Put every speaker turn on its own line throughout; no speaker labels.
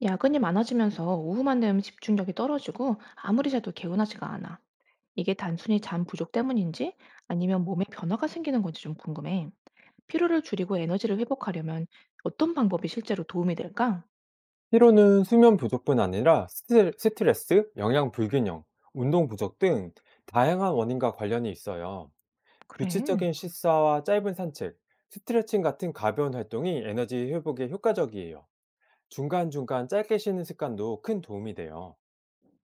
야근이 많아지면서 오후만 되면 집중력이 떨어지고 아무리 자도 개운하지가 않아. 이게 단순히 잠 부족 때문인지 아니면 몸에 변화가 생기는 건지 좀 궁금해. 피로를 줄이고 에너지를 회복하려면 어떤 방법이 실제로 도움이 될까?
피로는 수면 부족뿐 아니라 스트레스, 영양 불균형, 운동 부족 등 다양한 원인과 관련이 있어요.
그래.
규칙적인 식사와 짧은 산책, 스트레칭 같은 가벼운 활동이 에너지 회복에 효과적이에요. 중간중간 짧게 쉬는 습관도 큰 도움이 돼요.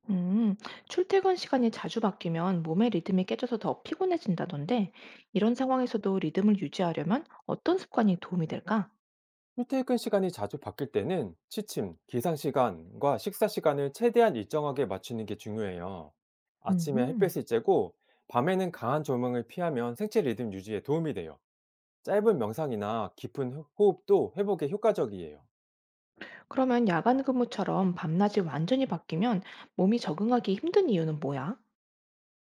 음, 출퇴근 시간이 자주 바뀌면 몸의 리듬이 깨져서 더 피곤해진다던데 이런 상황에서도 리듬을 유지하려면 어떤 습관이 도움이 될까?
출퇴근 시간이 자주 바뀔 때는 취침, 기상 시간과 식사 시간을 최대한 일정하게 맞추는 게 중요해요. 아침에
음.
햇볕을 쬐고 밤에는 강한 조명을 피하면 생체 리듬 유지에 도움이 돼요. 짧은 명상이나 깊은 호흡도 회복에 효과적이에요.
그러면 야간 근무처럼 밤낮이 완전히 바뀌면 몸이 적응하기 힘든 이유는 뭐야?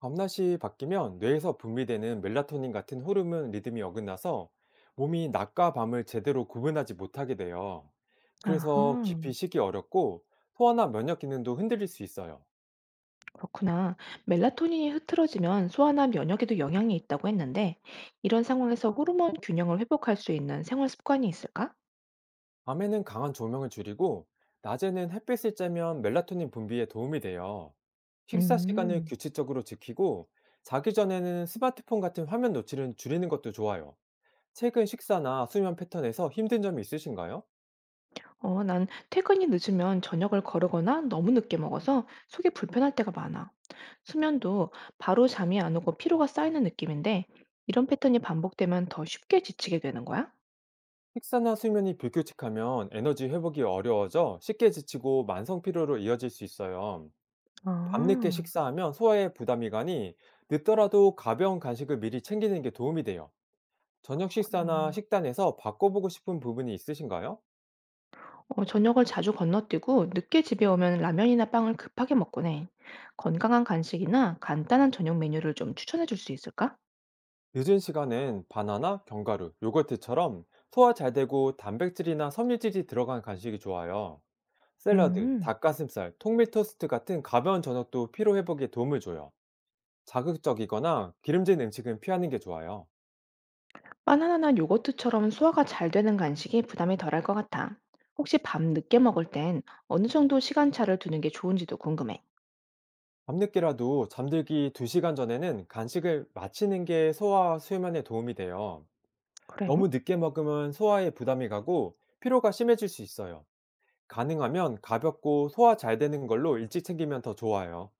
밤낮이 바뀌면 뇌에서 분비되는 멜라토닌 같은 호르몬 리듬이 어긋나서 몸이 낮과 밤을 제대로 구분하지 못하게 돼요. 그래서
아하,
깊이 쉬기 어렵고 소화나 면역 기능도 흔들릴 수 있어요.
그렇구나. 멜라토닌이 흐트러지면 소화나 면역에도 영향이 있다고 했는데, 이런 상황에서 호르몬 균형을 회복할 수 있는 생활 습관이 있을까?
밤에는 강한 조명을 줄이고 낮에는 햇빛을 쬐면 멜라토닌 분비에 도움이 돼요. 식사 시간을
음,
규칙적으로 지키고 자기 전에는 스마트폰 같은 화면 노출은 줄이는 것도 좋아요. 최근 식사나 수면 패턴에서 힘든 점이 있으신가요?
어, 난 퇴근이 늦으면 저녁을 거르거나 너무 늦게 먹어서 속이 불편할 때가 많아. 수면도 바로 잠이 안 오고 피로가 쌓이는 느낌인데, 이런 패턴이 반복되면 더 쉽게 지치게 되는 거야?
식사나 수면이 불규칙하면 에너지 회복이 어려워져 쉽게 지치고 만성 피로로 이어질 수 있어요. 밤늦게
아,
식사하면 소화에 부담이 가니 늦더라도 가벼운 간식을 미리 챙기는 게 도움이 돼요. 저녁
그렇구나.
식사나 식단에서 바꿔보고 싶은 부분이 있으신가요?
어, 저녁을 자주 건너뛰고 늦게 집에 오면 라면이나 빵을 급하게 먹곤 해. 건강한 간식이나 간단한 저녁 메뉴를 좀 추천해 줄 수 있을까?
늦은 시간엔 바나나, 견과류, 요거트처럼 소화 잘 되고 단백질이나 섬유질이 들어간 간식이 좋아요. 샐러드,
음,
닭가슴살, 통밀 토스트 같은 가벼운 저녁도 피로 회복에 도움을 줘요. 자극적이거나 기름진 음식은 피하는 게 좋아요.
바나나나 요거트처럼 소화가 잘 되는 간식이 부담이 덜할 것 같아. 혹시 밤 늦게 먹을 땐 어느 정도 시간차를 두는 게 좋은지도 궁금해.
밤늦게라도 잠들기 2시간 전에는 간식을 마치는 게 소화 수면에 도움이 돼요.
그래?
너무 늦게 먹으면 소화에 부담이 가고 피로가 심해질 수 있어요. 가능하면 가볍고 소화 잘 되는 걸로 일찍 챙기면 더 좋아요.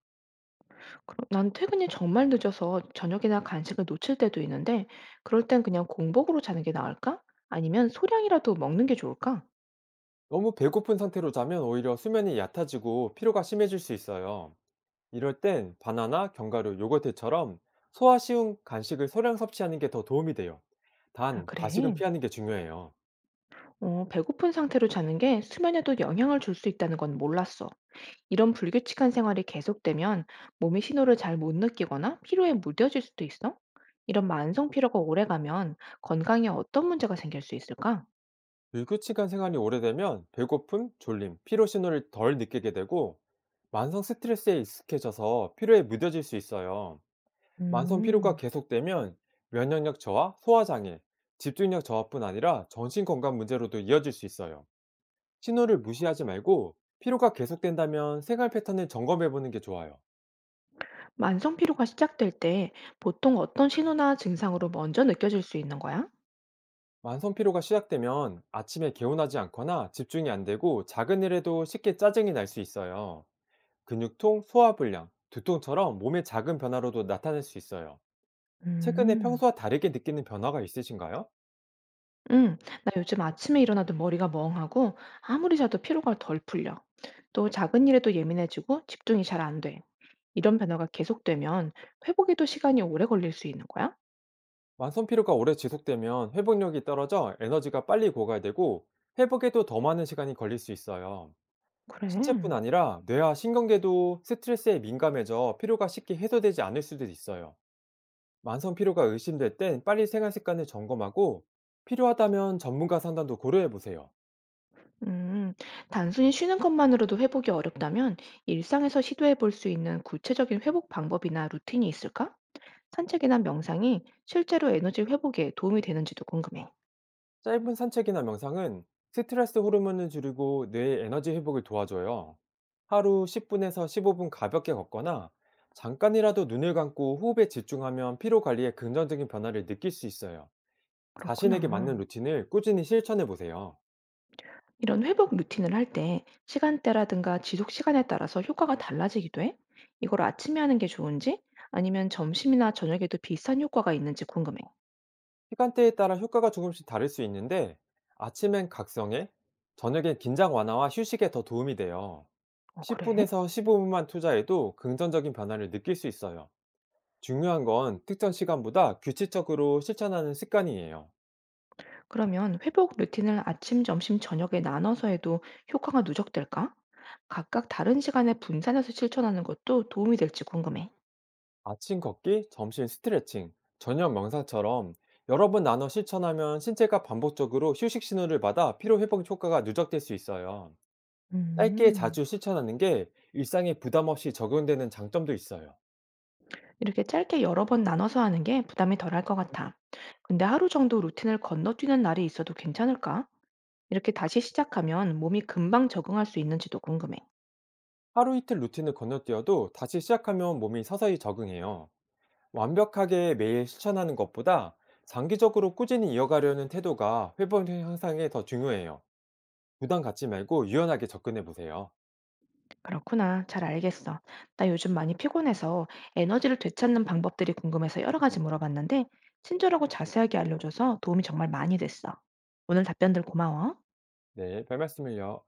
그럼 난 퇴근이 정말 늦어서 저녁이나 간식을 놓칠 때도 있는데, 그럴 땐 그냥 공복으로 자는 게 나을까? 아니면 소량이라도 먹는 게 좋을까?
너무 배고픈 상태로 자면 오히려 수면이 얕아지고 피로가 심해질 수 있어요. 이럴 땐 바나나, 견과류, 요거트처럼 소화 쉬운 간식을 소량 섭취하는 게 더 도움이 돼요.
아,
단, 과식은
그래?
피하는 게 중요해요.
어, 배고픈 상태로 자는 게 수면에도 영향을 줄 수 있다는 건 몰랐어. 이런 불규칙한 생활이 계속되면 몸이 신호를 잘 못 느끼거나 피로에 무뎌질 수도 있어? 이런 만성 피로가 오래가면 건강에 어떤 문제가 생길 수 있을까?
불규칙한 생활이 오래되면 배고픔, 졸림, 피로 신호를 덜 느끼게 되고 만성 스트레스에 익숙해져서 피로에 무뎌질 수 있어요. 만성 피로가
음,
계속되면 면역력 저하, 소화 장애, 집중력 저하뿐 아니라 정신 건강 문제로도 이어질 수 있어요. 신호를 무시하지 말고 피로가 계속된다면 생활 패턴을 점검해 보는 게 좋아요.
만성 피로가 시작될 때 보통 어떤 신호나 증상으로 먼저 느껴질 수 있는 거야?
만성 피로가 시작되면 아침에 개운하지 않거나 집중이 안 되고 작은 일에도 쉽게 짜증이 날 수 있어요. 근육통, 소화불량, 두통처럼 몸의 작은 변화로도 나타날 수 있어요. 최근에
음,
평소와 다르게 느끼는 변화가 있으신가요?
응, 나 요즘 아침에 일어나도 머리가 멍하고 아무리 자도 피로가 덜 풀려. 또 작은 일에도 예민해지고 집중이 잘 안 돼. 이런 변화가 계속되면 회복에도 시간이 오래 걸릴 수 있는 거야?
만성 피로가 오래 지속되면 회복력이 떨어져 에너지가 빨리 고갈되고 회복에도 더 많은 시간이 걸릴 수 있어요. 신체뿐
그래.
아니라 뇌와 신경계도 스트레스에 민감해져 피로가 쉽게 해소되지 않을 수도 있어요. 만성 피로가 의심될 땐 빨리 생활 습관을 점검하고 필요하다면 전문가 상담도 고려해 보세요.
음, 단순히 쉬는 것만으로도 회복이 어렵다면 일상에서 시도해 볼 수 있는 구체적인 회복 방법이나 루틴이 있을까? 산책이나 명상이 실제로 에너지 회복에 도움이 되는지도 궁금해.
짧은 산책이나 명상은 스트레스 호르몬을 줄이고 뇌의 에너지 회복을 도와줘요. 하루 10분에서 15분 가볍게 걷거나 잠깐이라도 눈을 감고 호흡에 집중하면 피로 관리에 긍정적인 변화를 느낄 수 있어요. 자신에게
그렇구나.
맞는 루틴을 꾸준히 실천해 보세요.
이런 회복 루틴을 할 때 시간대라든가 지속 시간에 따라서 효과가 달라지기도 해? 이걸 아침에 하는 게 좋은지 아니면 점심이나 저녁에도 비슷한 효과가 있는지 궁금해.
시간대에 따라 효과가 조금씩 다를 수 있는데 아침엔 각성에, 저녁엔 긴장 완화와 휴식에 더 도움이 돼요.
어, 그래?
10분에서 15분만 투자해도 긍정적인 변화를 느낄 수 있어요. 중요한 건 특정 시간보다 규칙적으로 실천하는 습관이에요.
그러면 회복 루틴을 아침, 점심, 저녁에 나눠서 해도 효과가 누적될까? 각각 다른 시간에 분산해서 실천하는 것도 도움이 될지 궁금해.
아침 걷기, 점심 스트레칭, 저녁 명상처럼 여러 번 나눠 실천하면 신체가 반복적으로 휴식 신호를 받아 피로 회복 효과가 누적될 수 있어요. 짧게
음,
자주 실천하는 게 일상에 부담 없이 적용되는 장점도 있어요.
이렇게 짧게 여러 번 나눠서 하는 게 부담이 덜할 것 같아. 근데 하루 정도 루틴을 건너뛰는 날이 있어도 괜찮을까? 이렇게 다시 시작하면 몸이 금방 적응할 수 있는지도 궁금해.
하루 이틀 루틴을 건너뛰어도 다시 시작하면 몸이 서서히 적응해요. 완벽하게 매일 실천하는 것보다 장기적으로 꾸준히 이어가려는 태도가 회복 향상에 더 중요해요. 부담 갖지 말고 유연하게 접근해 보세요.
그렇구나. 잘 알겠어. 나 요즘 많이 피곤해서 에너지를 되찾는 방법들이 궁금해서 여러 가지 물어봤는데, 친절하고 자세하게 알려줘서 도움이 정말 많이 됐어. 오늘 답변들 고마워.
네, 별 말씀을요.